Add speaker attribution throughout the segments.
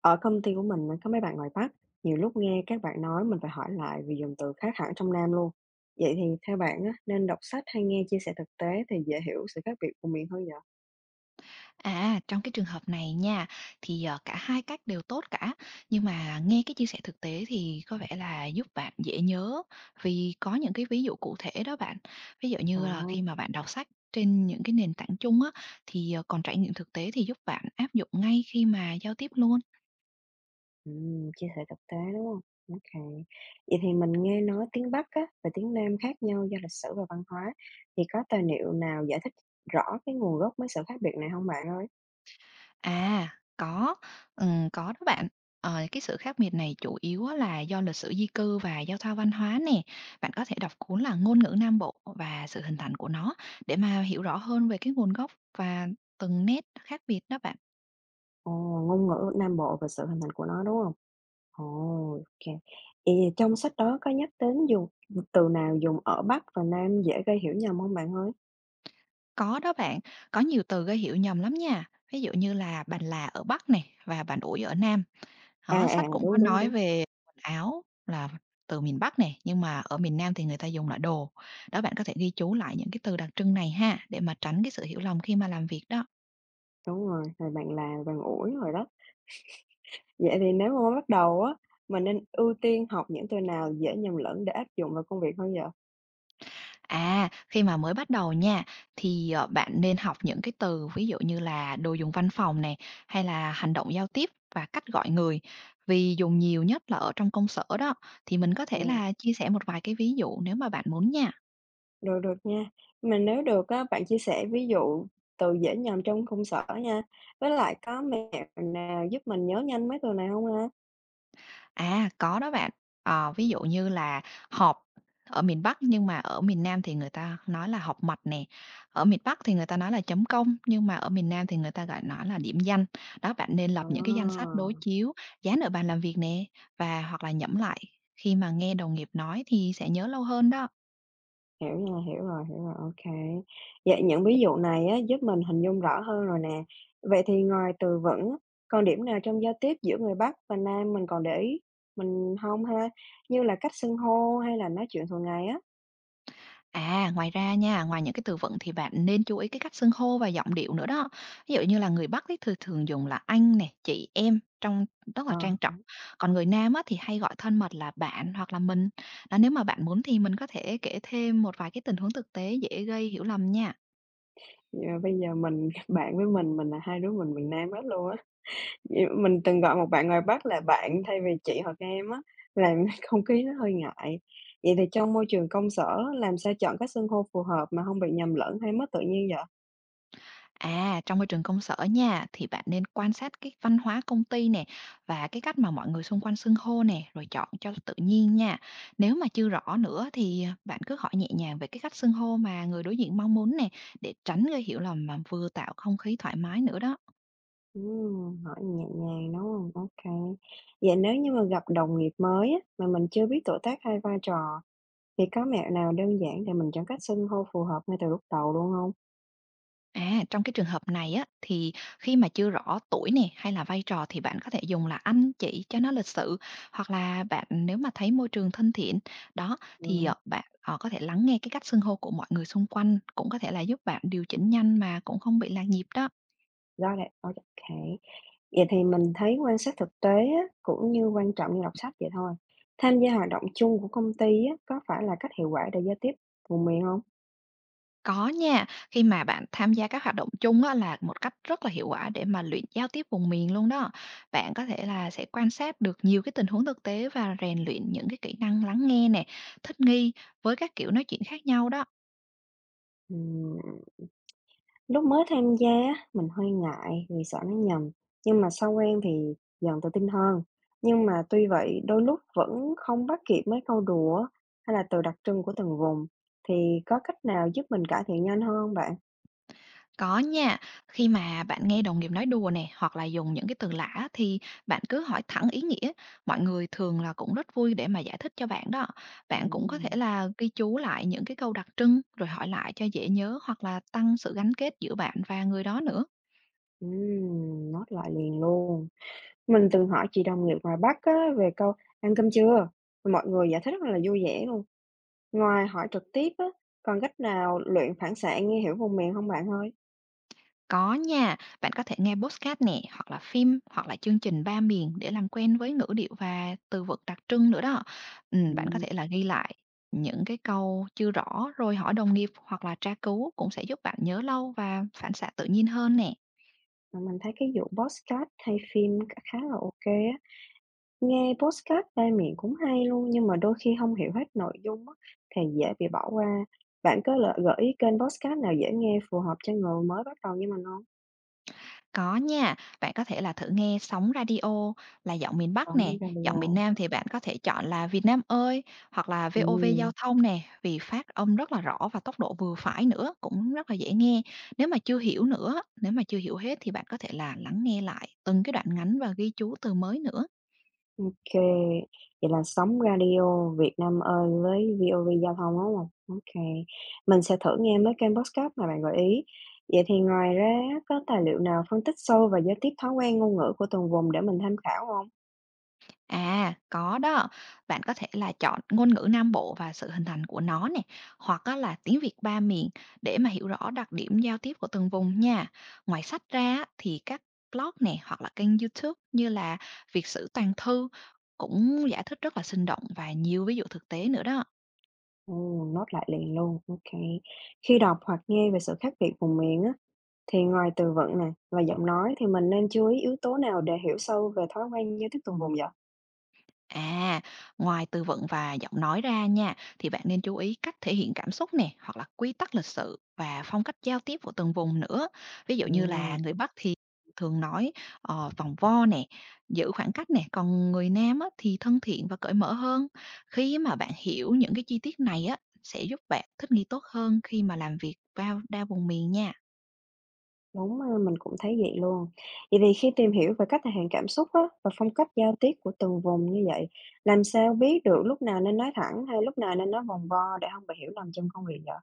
Speaker 1: Ở công ty của mình á, có mấy bạn ngoài Bắc, nhiều lúc nghe các bạn nói mình phải hỏi lại vì dùng từ khác hẳn trong Nam luôn. Vậy thì theo bạn á, nên đọc sách hay nghe chia sẻ thực tế thì dễ hiểu sự khác biệt của miệng hơn vậy?
Speaker 2: À, trong cái trường hợp này nha, thì, cả hai cách đều tốt cả, nhưng mà nghe cái chia sẻ thực tế thì có vẻ là giúp bạn dễ nhớ, vì có những cái ví dụ cụ thể đó bạn. Ví dụ như là
Speaker 1: Ồ,
Speaker 2: khi mà bạn đọc sách trên những cái nền tảng chung á, thì, còn trải nghiệm thực tế thì giúp bạn áp dụng ngay khi mà giao tiếp luôn.
Speaker 1: chia sẻ thực tế đúng không? Ok. Vậy thì mình nghe nói tiếng Bắc á, và tiếng Nam khác nhau do lịch sử và văn hóa. Thì có tài liệu nào giải thích rõ cái nguồn gốc mấy sự khác biệt này không bạn ơi?
Speaker 2: À, có, có đó bạn. Cái sự khác biệt này chủ yếu á là do lịch sử di cư và giao thoa văn hóa nè. Bạn có thể đọc cuốn là Ngôn ngữ Nam Bộ và sự hình thành của nó, để mà hiểu rõ hơn về cái nguồn gốc và từng nét khác biệt đó bạn.
Speaker 1: Ồ, ngôn ngữ Nam Bộ và sự hình thành của nó đúng không? Ồ, ok. Vậy thì trong sách đó có nhắc đến dùng từ nào dùng ở Bắc và Nam dễ gây hiểu nhầm không bạn ơi?
Speaker 2: Có đó bạn, có nhiều từ gây hiểu nhầm lắm nha. Ví dụ như là bàn là ở Bắc này và bàn ủi ở Nam.
Speaker 1: À,
Speaker 2: Đó,
Speaker 1: à,
Speaker 2: sách cũng có
Speaker 1: đúng, đúng,
Speaker 2: nói
Speaker 1: đúng,
Speaker 2: về quần áo là từ miền Bắc nè, nhưng mà ở miền Nam thì người ta dùng là đồ. Đó, bạn có thể ghi chú lại những cái từ đặc trưng này ha, để mà tránh cái sự hiểu lầm khi mà làm việc đó.
Speaker 1: đúng rồi, rồi bạn là bạn Ủi rồi đó. Vậy thì nếu mà mới bắt đầu á, mình nên ưu tiên học những từ nào dễ nhầm lẫn để áp dụng vào công việc hơn vậy?
Speaker 2: À, khi mà mới bắt đầu nha, thì, bạn nên học những cái từ, ví dụ như là đồ dùng văn phòng nè, hay là hành động giao tiếp và cách gọi người. Vì dùng nhiều nhất là ở trong công sở đó, thì mình có thể
Speaker 1: Ừm,
Speaker 2: là chia sẻ một vài cái ví dụ nếu mà bạn muốn nha.
Speaker 1: được, được nha. Mà nếu được á, bạn chia sẻ ví dụ từ dễ nhầm trong công sở nha, với lại có mẹo nào giúp mình nhớ nhanh mấy từ này không ha?
Speaker 2: À, có đó bạn. Ví dụ như là họp ở miền Bắc, nhưng mà ở miền Nam thì người ta nói là họp mặt nè. Ở miền Bắc thì người ta nói là chấm công, nhưng mà ở miền Nam thì người ta gọi nó là điểm danh. Đó, bạn nên
Speaker 1: À.
Speaker 2: lập những cái danh sách đối chiếu, dán ở bàn làm việc nè, và hoặc là nhẩm lại khi mà nghe đồng nghiệp nói, thì sẽ nhớ lâu hơn đó.
Speaker 1: Hiểu nha, hiểu rồi, ok. Vậy những ví dụ này á, giúp mình hình dung rõ hơn rồi nè. Vậy thì ngoài từ vựng á, còn điểm nào trong giao tiếp giữa người Bắc và Nam mình còn để ý mình không ha? Như là cách xưng hô hay là nói chuyện thường ngày á?
Speaker 2: À, ngoài ra nha, ngoài những cái từ vựng thì bạn nên chú ý cái cách xưng hô và giọng điệu nữa đó. Ví dụ như là người Bắc thì thường thường dùng là anh này, chị, em, trong rất
Speaker 1: Ờ,
Speaker 2: là trang
Speaker 1: ờ,
Speaker 2: trọng. Còn người Nam á, thì hay gọi thân mật là bạn hoặc là mình. Đó, nếu mà bạn muốn thì mình có thể kể thêm một vài cái tình huống thực tế dễ gây hiểu lầm nha.
Speaker 1: bây giờ mình bạn với mình là hai đứa mình miền Nam hết luôn á. Vậy mình từng gọi một bạn ngoài Bắc là bạn thay vì chị hoặc em á, làm không khí nó hơi ngại. Vậy thì trong môi trường công sở làm sao chọn cách xưng hô phù hợp mà không bị nhầm lẫn hay mất tự nhiên vậy?
Speaker 2: À, trong môi trường công sở nha, thì bạn nên quan sát cái văn hóa công ty nè, và cái cách mà mọi người xung quanh xưng hô nè, rồi chọn cho tự nhiên nha. Nếu mà chưa rõ nữa thì bạn cứ hỏi nhẹ nhàng về cái cách xưng hô mà người đối diện mong muốn nè, để tránh gây hiểu lầm mà vừa tạo không khí thoải mái nữa đó.
Speaker 1: Hỏi nhẹ nhàng, đúng không ok. Vậy nếu như mà gặp đồng nghiệp mới á, mà mình chưa biết tuổi tác hay vai trò, thì có mẹo nào đơn giản để mình chọn cách xưng hô phù hợp ngay từ lúc đầu luôn không?
Speaker 2: À, trong cái trường hợp này á, thì khi mà chưa rõ tuổi nè, hay là vai trò, thì bạn có thể dùng là anh chị cho nó lịch sự, hoặc là bạn, nếu mà thấy môi trường thân thiện đó, thì
Speaker 1: Ừm,
Speaker 2: bạn có thể lắng nghe cái cách xưng hô của mọi người xung quanh, cũng có thể là giúp bạn điều chỉnh nhanh mà cũng không bị lạc nhịp đó.
Speaker 1: got it, ô. Vậy thì mình thấy quan sát thực tế á, cũng như quan trọng như đọc sách vậy thôi. Tham gia hoạt động chung của công ty á, có phải là cách hiệu quả để giao tiếp vùng miền không?
Speaker 2: Có nha, khi mà bạn tham gia các hoạt động chung á, là một cách rất là hiệu quả để mà luyện giao tiếp vùng miền luôn đó. Bạn có thể là sẽ quan sát được nhiều cái tình huống thực tế và rèn luyện những cái kỹ năng lắng nghe nè, thích nghi với các kiểu nói chuyện khác nhau đó.
Speaker 1: Ừm. Lúc mới tham gia á, mình hơi ngại vì sợ nó nhầm, nhưng mà sau quen thì dần tự tin hơn. Nhưng mà tuy vậy, đôi lúc vẫn không bắt kịp mấy câu đùa á, hay là từ đặc trưng của từng vùng. Thì có cách nào giúp mình cải thiện nhanh hơn không bạn?
Speaker 2: Có nha, khi mà bạn nghe đồng nghiệp nói đùa nè, hoặc là dùng những cái từ lạ á, thì bạn cứ hỏi thẳng ý nghĩa, mọi người thường là cũng rất vui để mà giải thích cho bạn đó. Bạn cũng có thể
Speaker 1: Ừm,
Speaker 2: là ghi chú lại những cái câu đặc trưng, rồi hỏi lại cho dễ nhớ, hoặc là tăng sự gắn kết giữa bạn và người đó nữa.
Speaker 1: Nốt lại liền luôn. Mình từng hỏi chị đồng nghiệp ngoài Bắc á, về câu ăn cơm chưa? Mọi người giải thích rất là vui vẻ luôn. Ngoài hỏi trực tiếp á, còn cách nào luyện phản xạ nghe hiểu vùng miền không bạn ơi?
Speaker 2: Có nha, bạn có thể nghe podcast nè, hoặc là phim, hoặc là chương trình ba miền, để làm quen với ngữ điệu và từ vựng đặc trưng nữa đó. Ừ, bạn có thể là ghi lại những cái câu chưa rõ rồi hỏi đồng nghiệp, hoặc là tra cứu, cũng sẽ giúp bạn nhớ lâu và phản xạ tự nhiên hơn nè.
Speaker 1: Mà mình thấy cái vụ podcast hay phim khá là ok á, nghe podcast tai miệng cũng hay luôn, nhưng mà đôi khi không hiểu hết nội dung á, thì dễ bị bỏ qua. Bạn có gợi ý kênh podcast nào dễ nghe phù hợp cho người mới bắt đầu như mình không?
Speaker 2: Có nha, bạn có thể là thử nghe sóng radio là giọng miền Bắc
Speaker 1: Sống
Speaker 2: nè, giọng miền
Speaker 1: radio.
Speaker 2: Nam thì bạn có thể chọn là Việt Nam ơi, hoặc là VOV giao
Speaker 1: Ừm,
Speaker 2: thông nè, vì phát âm rất là rõ và tốc độ vừa phải nữa, cũng rất là dễ nghe. Nếu mà chưa hiểu nữa, nếu mà chưa hiểu hết, thì bạn có thể là lắng nghe lại từng cái đoạn ngắn và ghi chú từ mới nữa.
Speaker 1: ô vậy là sống Radio Việt Nam ơi với VOV Giao thông, đúng không ok. Mình sẽ thử nghe mấy kênh podcast mà bạn gợi ý. Vậy thì ngoài ra có tài liệu nào phân tích sâu và giao tiếp thói quen ngôn ngữ của từng vùng để mình tham khảo không?
Speaker 2: À, có đó. Bạn có thể là chọn Ngôn ngữ Nam Bộ và sự hình thành của nó nè, hoặc á là Tiếng Việt ba miền, để mà hiểu rõ đặc điểm giao tiếp của từng vùng nha. Ngoài sách ra á, thì các blog nè, hoặc là kênh YouTube như là Việt sử toàn thư, cũng giải thích rất là sinh động và nhiều ví dụ thực tế nữa đó.
Speaker 1: Ồ, note lại liền luôn, OK. Khi đọc hoặc nghe về sự khác biệt vùng miền á, thì ngoài từ vựng này và giọng nói thì mình nên chú ý yếu tố nào để hiểu sâu về thói quen giao tiếp từng vùng vậy?
Speaker 2: À, ngoài từ vựng và giọng nói ra nha, thì bạn nên chú ý cách thể hiện cảm xúc nè, hoặc là quy tắc lịch sự và phong cách giao tiếp của từng vùng nữa. Ví dụ như
Speaker 1: Ừm,
Speaker 2: là người Bắc thì thường nói vòng vo nè, giữ khoảng cách nè, còn người Nam á, thì thân thiện và cởi mở hơn. Khi mà bạn hiểu những cái chi tiết này á, sẽ giúp bạn thích nghi tốt hơn khi mà làm việc vào đa vùng miền nha.
Speaker 1: đúng ha, mình cũng thấy vậy luôn. Vậy thì khi tìm hiểu về cách thể hiện cảm xúc á, và phong cách giao tiếp của từng vùng như vậy, làm sao biết được lúc nào nên nói thẳng hay lúc nào nên nói vòng vo để không bị hiểu lầm trong công việc vậy?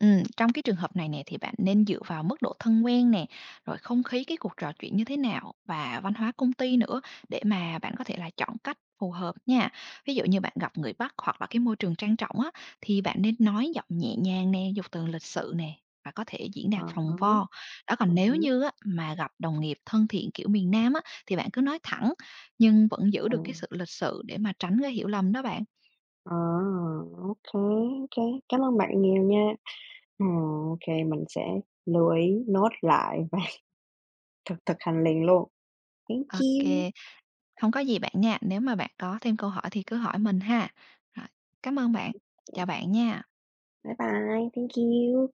Speaker 2: Trong cái trường hợp này nè, thì bạn nên dựa vào mức độ thân quen nè, rồi không khí cái cuộc trò chuyện như thế nào, và văn hóa công ty nữa, để mà bạn có thể là chọn cách phù hợp nha. Ví dụ như bạn gặp người Bắc, hoặc là cái môi trường trang trọng á, thì bạn nên nói giọng nhẹ nhàng nè, dùng từ lịch sự nè, và có thể diễn
Speaker 1: À
Speaker 2: đạt
Speaker 1: há,
Speaker 2: phòng vo. Đó,
Speaker 1: à
Speaker 2: còn nếu như á, mà gặp đồng nghiệp thân thiện kiểu miền Nam á, thì bạn cứ nói thẳng, nhưng vẫn giữ
Speaker 1: há, à,
Speaker 2: được cái sự lịch sự, để mà tránh cái hiểu lầm đó bạn.
Speaker 1: à, ô kê, cảm ơn bạn nhiều nha. Ờ, ô mình sẽ lưu ý, note lại và thực thực hành liền luôn. Thank you,
Speaker 2: Ok. Không có gì bạn nha, nếu mà bạn có thêm câu hỏi thì cứ hỏi mình ha. Rồi, cảm ơn bạn. Chào bạn nha.
Speaker 1: bye bye, thank you.